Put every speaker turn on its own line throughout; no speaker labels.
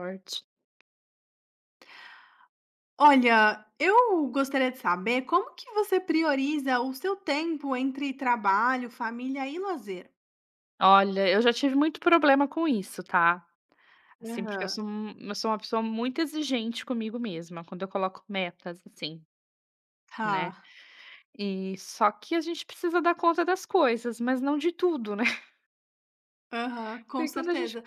Forte.
Olha, eu gostaria de saber como que você prioriza o seu tempo entre trabalho, família e lazer?
Olha, eu já tive muito problema com isso, tá. Assim, porque eu
Aham.
sou um eu sou uma pessoa muito exigente comigo mesma, quando eu coloco metas, assim, né.
Tá.
E só que a gente precisa dar conta das coisas, mas não de tudo, né.
Aham, com
Porque quando a gente
certeza.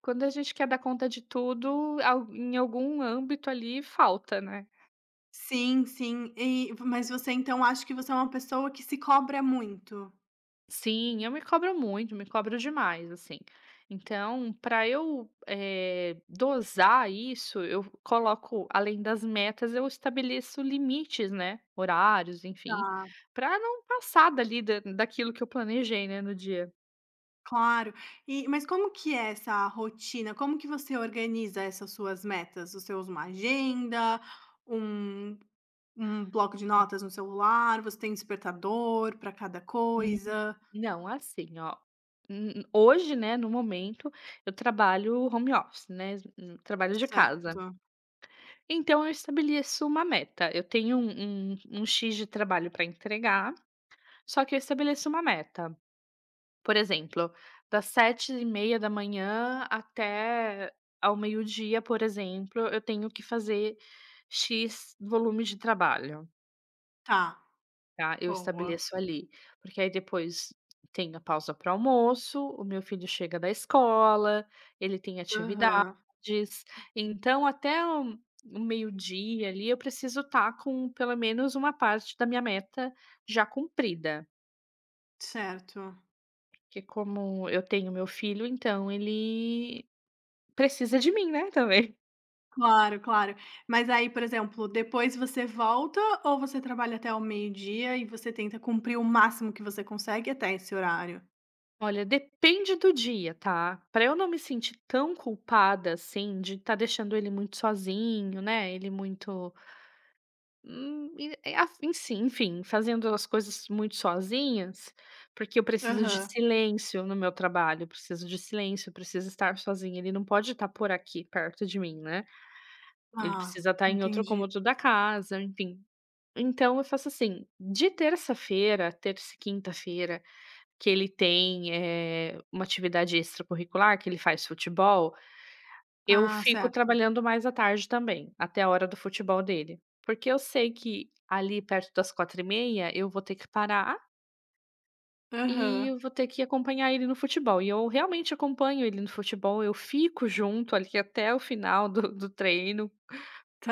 quando a gente quer dar conta de tudo, al em algum âmbito ali falta, né.
Sim, sim. Mas você então acha que você é uma pessoa que se cobra muito?
Sim, eu me cobro muito, me cobro demais, assim. Então, para eu, dosar isso, eu coloco, além das metas, eu estabeleço limites, né, horários, enfim,
Tá,
para não passar dali da daquilo que eu planejei, né, no dia.
claro. Mas como que é essa rotina? Como que você organiza essas suas metas? Você usa uma agenda, um um bloco de notas no celular, você tem despertador para cada
Hum.
coisa?
Não, assim, ó, hoje, né, no momento, eu trabalho home office, né, trabalho de casa.
Certo,
Então eu estabeleço uma meta, eu tenho um X de trabalho para entregar. Só que eu estabeleço uma meta. Por exemplo, das 7h30 da manhã até ao meio-dia, por exemplo, eu tenho que fazer "X" volume de trabalho,
tá,
tá, eu
boa.
estabeleço ali. Porque aí depois tem a pausa para almoço, o meu filho chega da escola, ele tem
Aham,
atividades. Então até o meio-dia ali eu preciso estar com pelo menos uma parte da minha meta já cumprida.
certo.
Que como eu tenho meu filho, então ele precisa de mim, né, também.
Claro, claro. Mas aí, por exemplo, depois você volta ou você trabalha até o meio-dia e você tenta cumprir o máximo que você consegue até esse horário?
Olha, depende do dia, tá? Pra eu não me sentir tão culpada, assim, de estar deixando ele muito sozinho, né, ele muito, e é af ensi enfim, fazendo as coisas muito sozinhas, porque eu preciso de
Aham.
silêncio no meu trabalho, eu preciso de silêncio, eu preciso estar sozinha, ele não pode estar por aqui perto de mim, né, ele
Ah,
precisa estar em outro
entendi.
cômodo da casa, enfim. Então eu faço assim, de terça-feira, terça e quinta-feira, que ele tem, uma atividade extracurricular, que ele faz futebol, eu
Ah,
fico
certo.
trabalhando mais à tarde também, até a hora do futebol dele. Porque eu sei que ali perto das 4h30 eu vou ter que parar e
Aham,
eu vou ter que acompanhar ele no futebol. E eu realmente acompanho ele no futebol, eu fico junto ali até o final do treino,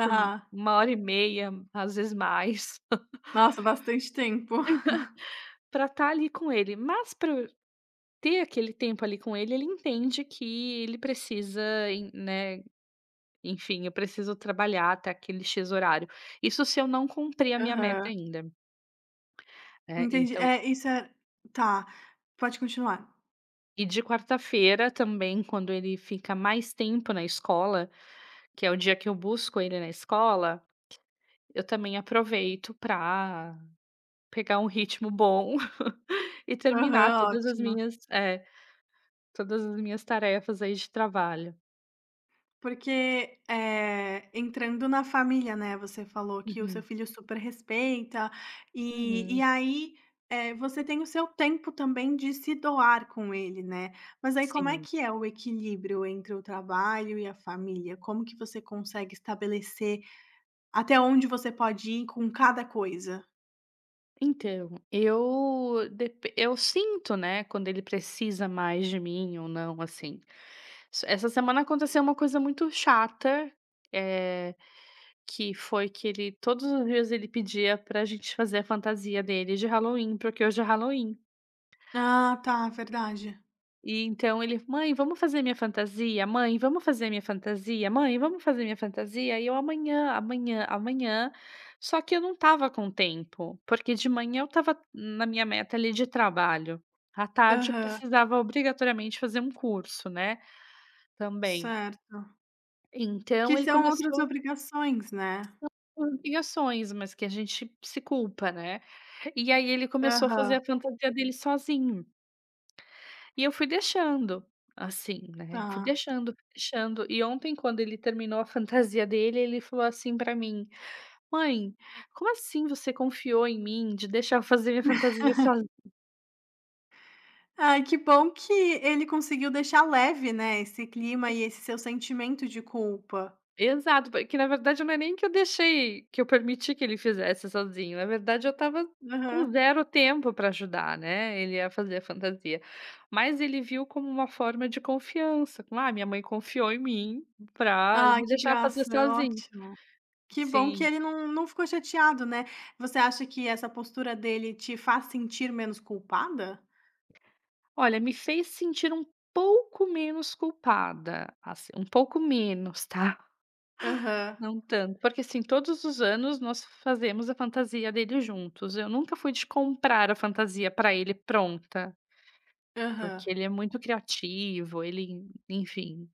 por 1 hora e meia, às vezes mais,
Nossa, bastante tempo.
pra estar ali com ele. Mas pra ter aquele tempo ali com ele, ele entende que ele precisa, en né, enfim, eu preciso trabalhar até aquele "X" horário. Isso se eu não cumprir a minha meta
Aham,
ainda, né,
entendi.
então
Tá, pode continuar.
e de quarta-feira também, quando ele fica mais tempo na escola, que é o dia que eu busco ele na escola, eu também aproveito para pegar um ritmo bom e terminar
Aham,
todas as
ótimo.
minhas todas as minhas tarefas aí de trabalho.
Porque, entrando na família, né, você falou que o seu
Uhum,
filho super respeita, e
uhum,
aí, você tem o seu tempo também de se doar com ele, né. Mas aí como é
sim.
que é o equilíbrio entre o trabalho e a família? Como que você consegue estabelecer até onde você pode ir com cada coisa?
Então, eu sinto, né, quando ele precisa mais de mim ou não, assim. S Essa semana aconteceu uma coisa muito chata, é que foi que ele todos os dias ele pedia pra gente fazer a fantasia dele de Halloween, porque hoje é Halloween.
Ah, tá, verdade.
E então ele: "Mãe, vamos fazer minha fantasia? Mãe, vamos fazer minha fantasia? Mãe, vamos fazer minha fantasia?" E eu: "Amanhã, amanhã, amanhã". Só que eu não tava com tempo, porque de manhã eu tava na minha meta ali de trabalho. À tarde eu
Aham,
precisava obrigatoriamente fazer um curso, né, também.
certo. Que
Então ele
são outras
começou
obrigações, né.
com obrigações, mas que a gente se culpa, né. E aí ele começou a fazer
Aham,
a fantasia dele sozinho. E eu fui deixando, assim, né, fui
tá.
deixando, fui deixando. E ontem quando ele terminou a fantasia dele, ele falou assim pra mim: "Mãe, como assim você confiou em mim de deixar eu fazer minha fantasia sozinho?"
Ai, que bom que ele conseguiu deixar leve, né, esse clima e esse seu sentimento de culpa.
Exato, porque na verdade não é nem que eu deixei que eu permiti que ele fizesse sozinho, na verdade eu estava com
Aham.
zero tempo pra ajudar, né, ele a fazer a fantasia. Mas ele viu como uma forma de confiança, como: "Ah, minha mãe confiou em mim pra
Ai,
me
que
deixar fazer
graça,
sozinho".
ótimo. Que bom que
Sim.
ele não ficou chateado, né. Você acha que essa postura dele te faz sentir menos culpada?
Olha, me fez sentir um pouco menos culpada, assim, um pouco menos, tá?
Aham,
Não tanto, porque assim, todos os anos nós fazemos a fantasia dele juntos. Eu nunca fui de comprar a fantasia pra ele pronta,
aham.
porque ele é muito criativo, ele, enfim,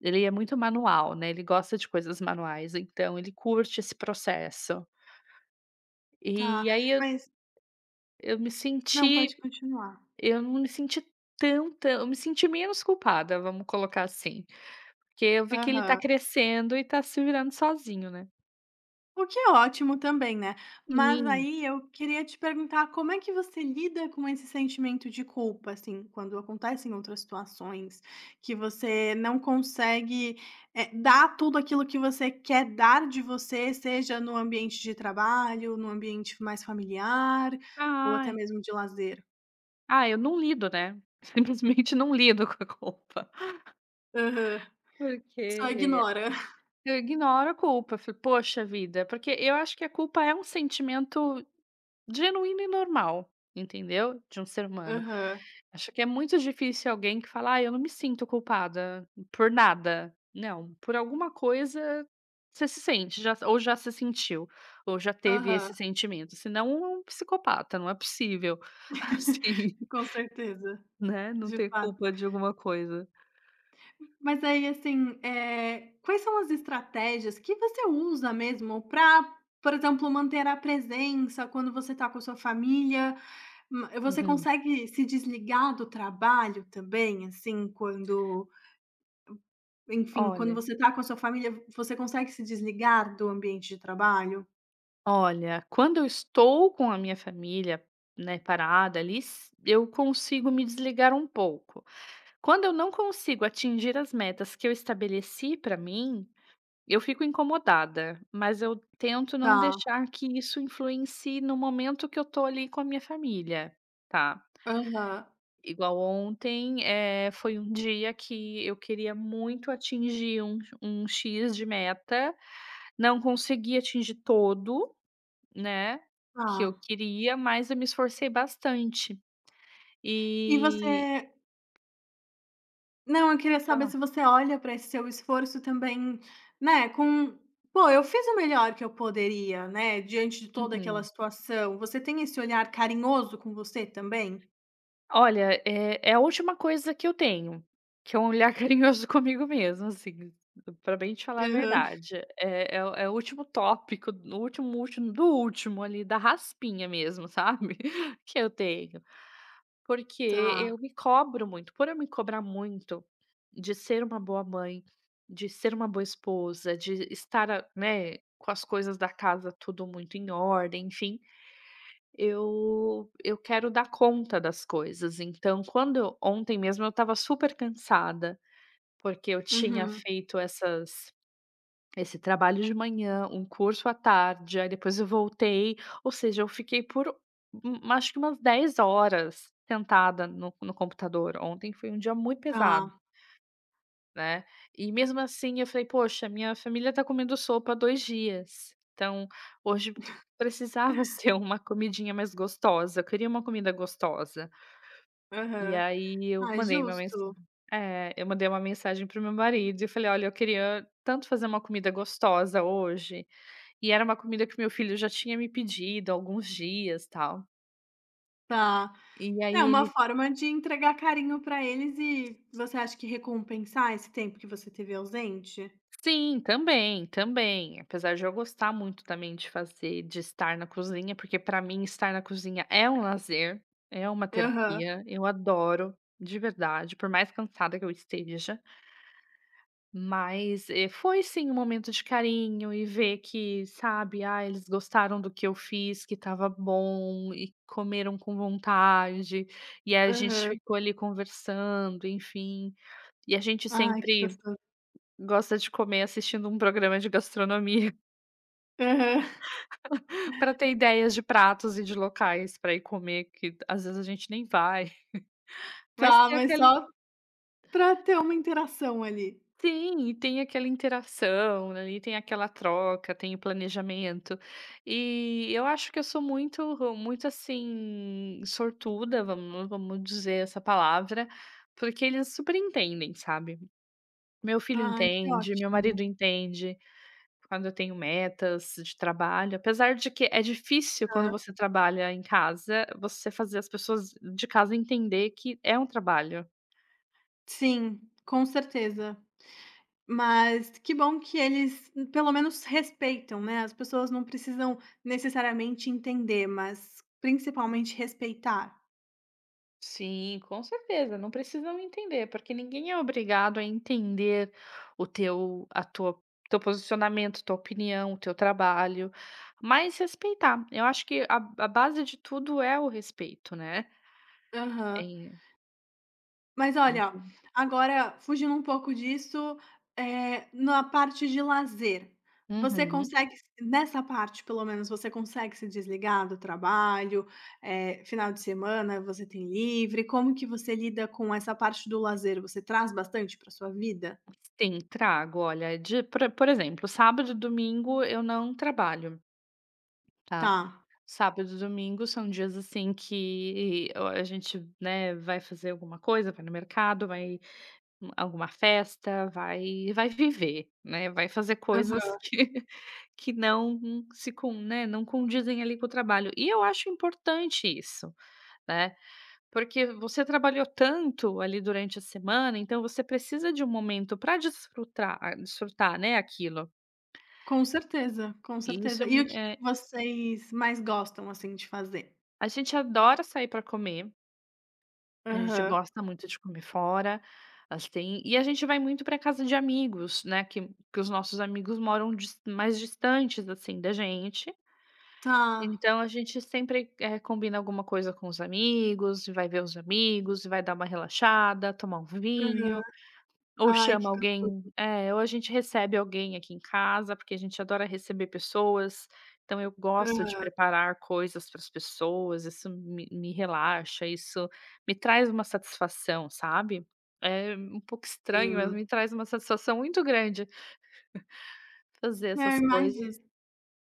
ele é muito manual, né? Ele gosta de coisas manuais, então ele curte esse processo.
Tá,
E aí
mas
eu me
não,
senti,
pode continuar.
eu não me senti tanta, eu me senti menos culpada, vamos colocar assim. Porque eu vi que ele tá
Aham.
crescendo e tá se virando sozinho, né.
O que é ótimo também, né. Mas
Sim.
aí eu queria te perguntar como é que você lida com esse sentimento de culpa, assim, quando acontecem outras situações que você não consegue, dar tudo aquilo que você quer dar de você, seja no ambiente de trabalho, no ambiente mais familiar ou até
Ai.
mesmo de lazer?
Ah, eu não lido, né, simplesmente não lido com a culpa,
Aham. Só
porque
ignora.
eu ignoro a culpa, falo: "Poxa vida", porque eu acho que a culpa é um sentimento genuíno e normal, entendeu, de um ser humano.
Aham,
Acho que é muito difícil alguém que fala: "Ah, eu não me sinto culpada por nada". Não, por alguma coisa você se sente, já ou já se sentiu, ou já teve
aham.
esse sentimento, senão é um psicopata, não é possível, assim,
Com certeza,
né, não
de
ter
fato.
culpa de alguma coisa.
Mas aí, assim, quais são as estratégias que você usa mesmo para por exemplo, manter a presença quando você está com a sua família? Você
Uhum.
consegue se desligar do trabalho também, assim, quando enfim, quando
Olha
você está com a sua família, você consegue se desligar do ambiente de trabalho?
olha, quando eu estou com a minha família, né, parada ali, s eu consigo me desligar um pouco. Quando eu não consigo atingir as metas que eu estabeleci para mim. Eu fico incomodada, mas eu tento não
Tá.
deixar que isso influencie no momento que eu tô ali com a minha família, tá.
Aham.
Igual ontem, foi um dia que eu queria muito atingir um X de meta, não consegui atingir todo, né,
Tá.
que eu queria, mas eu me esforcei bastante.
E
E
você Não, eu queria
pode
saber
falar.
se você olha para esse seu esforço também, né, com: "Pô, eu fiz o melhor que eu poderia, né, diante de toda aquela
Uhum.
situação". Você tem esse olhar carinhoso com você também?
Olha, é a última coisa que eu tenho, que é um olhar carinhoso comigo mesmo, assim, pra bem te falar a
Aham,
verdade. É o último tópico, o último último do último ali, da raspinha mesmo, sabe, que eu tenho. Porque eu
tá.
me cobro muito, por eu me cobrar muito de ser uma boa mãe, de ser uma boa esposa, de estar a né, com as coisas da casa tudo muito em ordem, enfim. Eu quero dar conta das coisas, então quando eu ontem mesmo eu estava super cansada, porque eu tinha
Uhum,
feito essas esse trabalho de manhã, um curso à tarde, aí depois eu voltei, ou seja, eu fiquei por acho que umas 10 horas sentada no computador. Ontem foi um dia muito pesado.
tá.
Né, e mesmo assim eu falei: "Poxa, minha família tá comendo sopa há 2 dias, então hoje precisava ser uma comidinha mais gostosa, eu queria uma comida gostosa". E
Aham.
aí eu
Ah, é justo.
mandei uma mensagem pro meu marido e falei: "Olha, eu queria tanto fazer uma comida gostosa hoje", e era uma comida que meu filho já tinha me pedido há alguns dias, tal.
Tá.
E
É
aí
uma
ele.
forma de entregar carinho para eles e você acha que recompensar esse tempo que você teve ausente?
Sim, também, também. Apesar de eu gostar muito também de estar na cozinha, porque para mim estar na cozinha é um lazer, é uma
Aham,
terapia, eu adoro, de verdade, por mais cansada que eu esteja, mas, foi sim um momento de carinho e ver que, sabe, ah, eles gostaram do que eu fiz, que estava bom e comeram com vontade, e aí a gente
aham.
ficou ali conversando, enfim. E a gente
Ai, que
sempre
gostoso.
gosta de comer assistindo um programa de gastronomia,
Aham.
para ter ideias de pratos e de locais para ir comer, que às vezes a gente nem vai. Mas
Tá,
tem
mas
aquele,
só Pra ter uma interação ali.
sim, e tem aquela interação ali, tem aquela troca, tem o planejamento. E eu acho que eu sou muito muito, assim, sortuda, vamos dizer essa palavra, porque eles super entendem, sabe. Meu filho
Ai, que
entende, meu
ótimo.
marido entende. Quando eu tenho metas de trabalho, apesar de que é difícil quando
Aham.
você trabalha em casa, você fazer as pessoas de casa entender que é um trabalho.
Sim, com certeza. Mas que bom que eles pelo menos respeitam, né, as pessoas não precisam necessariamente entender, mas principalmente respeitar.
Sim, com certeza, não precisam entender, porque ninguém é obrigado a entender o teu a tua teu posicionamento, tua opinião, o teu trabalho, mas respeitar. Eu acho que a base de tudo é o respeito, né.
Aham.
É,
Mas
é
olha,
entender.
agora fugindo um pouco disso, na parte de lazer, você
Uhum.
consegue se nessa parte pelo menos, você consegue se desligar do trabalho? Final de semana você tem livre? Como que você lida com essa parte do lazer? Você traz bastante para sua vida?
Sim, trago. Olha, de por exemplo, sábado e domingo eu não trabalho, tá.
Tá.
Sábado e domingo são dias, assim, que o a gente, né, vai fazer alguma coisa, vai no mercado, vai em alguma festa, vai viver, né, vai fazer coisas
Aham.
que que não se com né, não condizem ali com o trabalho. E eu acho importante isso, né. Porque você trabalhou tanto ali durante a semana, então você precisa de um momento para desfrutar, né, aquilo.
Com certeza, com
E isso
certeza.
é
E o
mui
que que
eh,
vocês mais gostam, assim, de fazer?
a gente adora sair para comer, a gente
Aham.
gosta muito de comer fora, assim, e a gente vai muito para casa de amigos, né, que os nossos amigos moram dis mais distantes, assim, da gente.
Tá.
Então a gente sempre, combina alguma coisa com os amigos, vai ver os amigos, vai dar uma relaxada, tomar um
Aham.
vinho. Ou
Ai que
chama
go
alguém ou a gente recebe alguém aqui em casa, porque a gente adora receber pessoas, então eu gosto de
Aham,
preparar coisas para as pessoas, isso me relaxa, isso me traz uma satisfação, sabe. É um pouco estranho, mas
sim.
me traz uma satisfação muito grande fazer
É, eu
essas coisas.
imagino.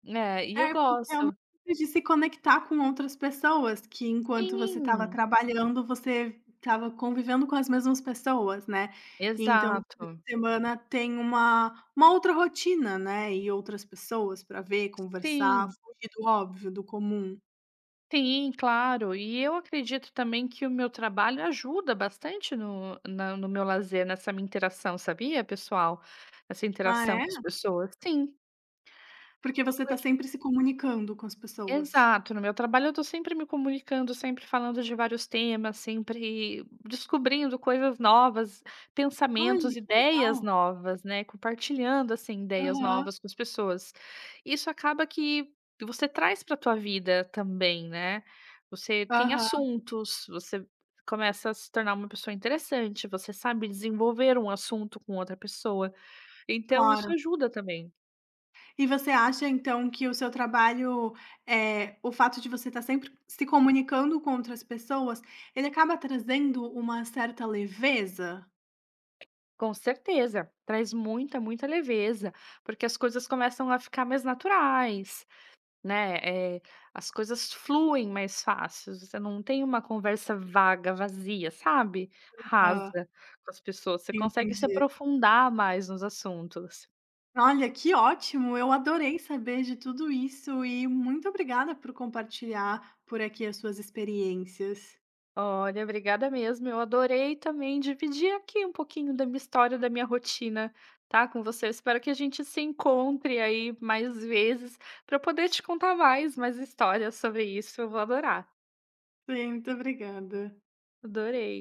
É, e eu
É, porque é uma
gosto.
coisa de se conectar com outras pessoas, que enquanto você estava
Sim,
trabalhando, você estava convivendo com as mesmas pessoas, né. Então, no fim de
exato.
semana tem uma outra rotina, né, e outras pessoas para ver, conversar,
Sim.
fugir do óbvio, do comum.
Sim, claro. E eu acredito também que o meu trabalho ajuda bastante no meu lazer, nessa minha interação, sabia, pessoal? Essa
Ah,
interação
é?
com as pessoas. Sim.
Porque você tá sempre se comunicando com as pessoas.
Exato, no meu trabalho eu estou sempre me comunicando, sempre falando de vários temas, sempre descobrindo coisas novas,
Olha,
pensamentos,
que
ideias
legal.
novas, né, compartilhando, assim, ideias
Aham,
novas com as pessoas. Isso acaba que você traz pra tua vida também, né. Você tem
aham,
assuntos, você começa a se tornar uma pessoa interessante, você sabe desenvolver um assunto com outra pessoa, então isso
claro.
ajuda também.
E você acha então que o seu trabalho, o fato de você estar sempre se comunicando com outras pessoas, ele acaba trazendo uma certa leveza?
Com certeza, traz muita, muita leveza, porque as coisas começam a ficar mais naturais, né? Eh, as coisas fluem mais fácil. Você não tem uma conversa vaga, vazia, sabe?
Hã,
Rasa com as pessoas. Você consegue se
entendi.
aprofundar mais nos assuntos.
Olha, que ótimo, eu adorei saber de tudo isso e muito obrigada por compartilhar por aqui as suas experiências.
Olha, obrigada mesmo. Eu adorei também dividir aqui um pouquinho da minha história, da minha rotina, tá, com você. Eu espero que a gente se encontre aí mais vezes para eu poder te contar mais, mais histórias sobre isso. Eu vou adorar.
Sim, muito obrigada.
Adorei.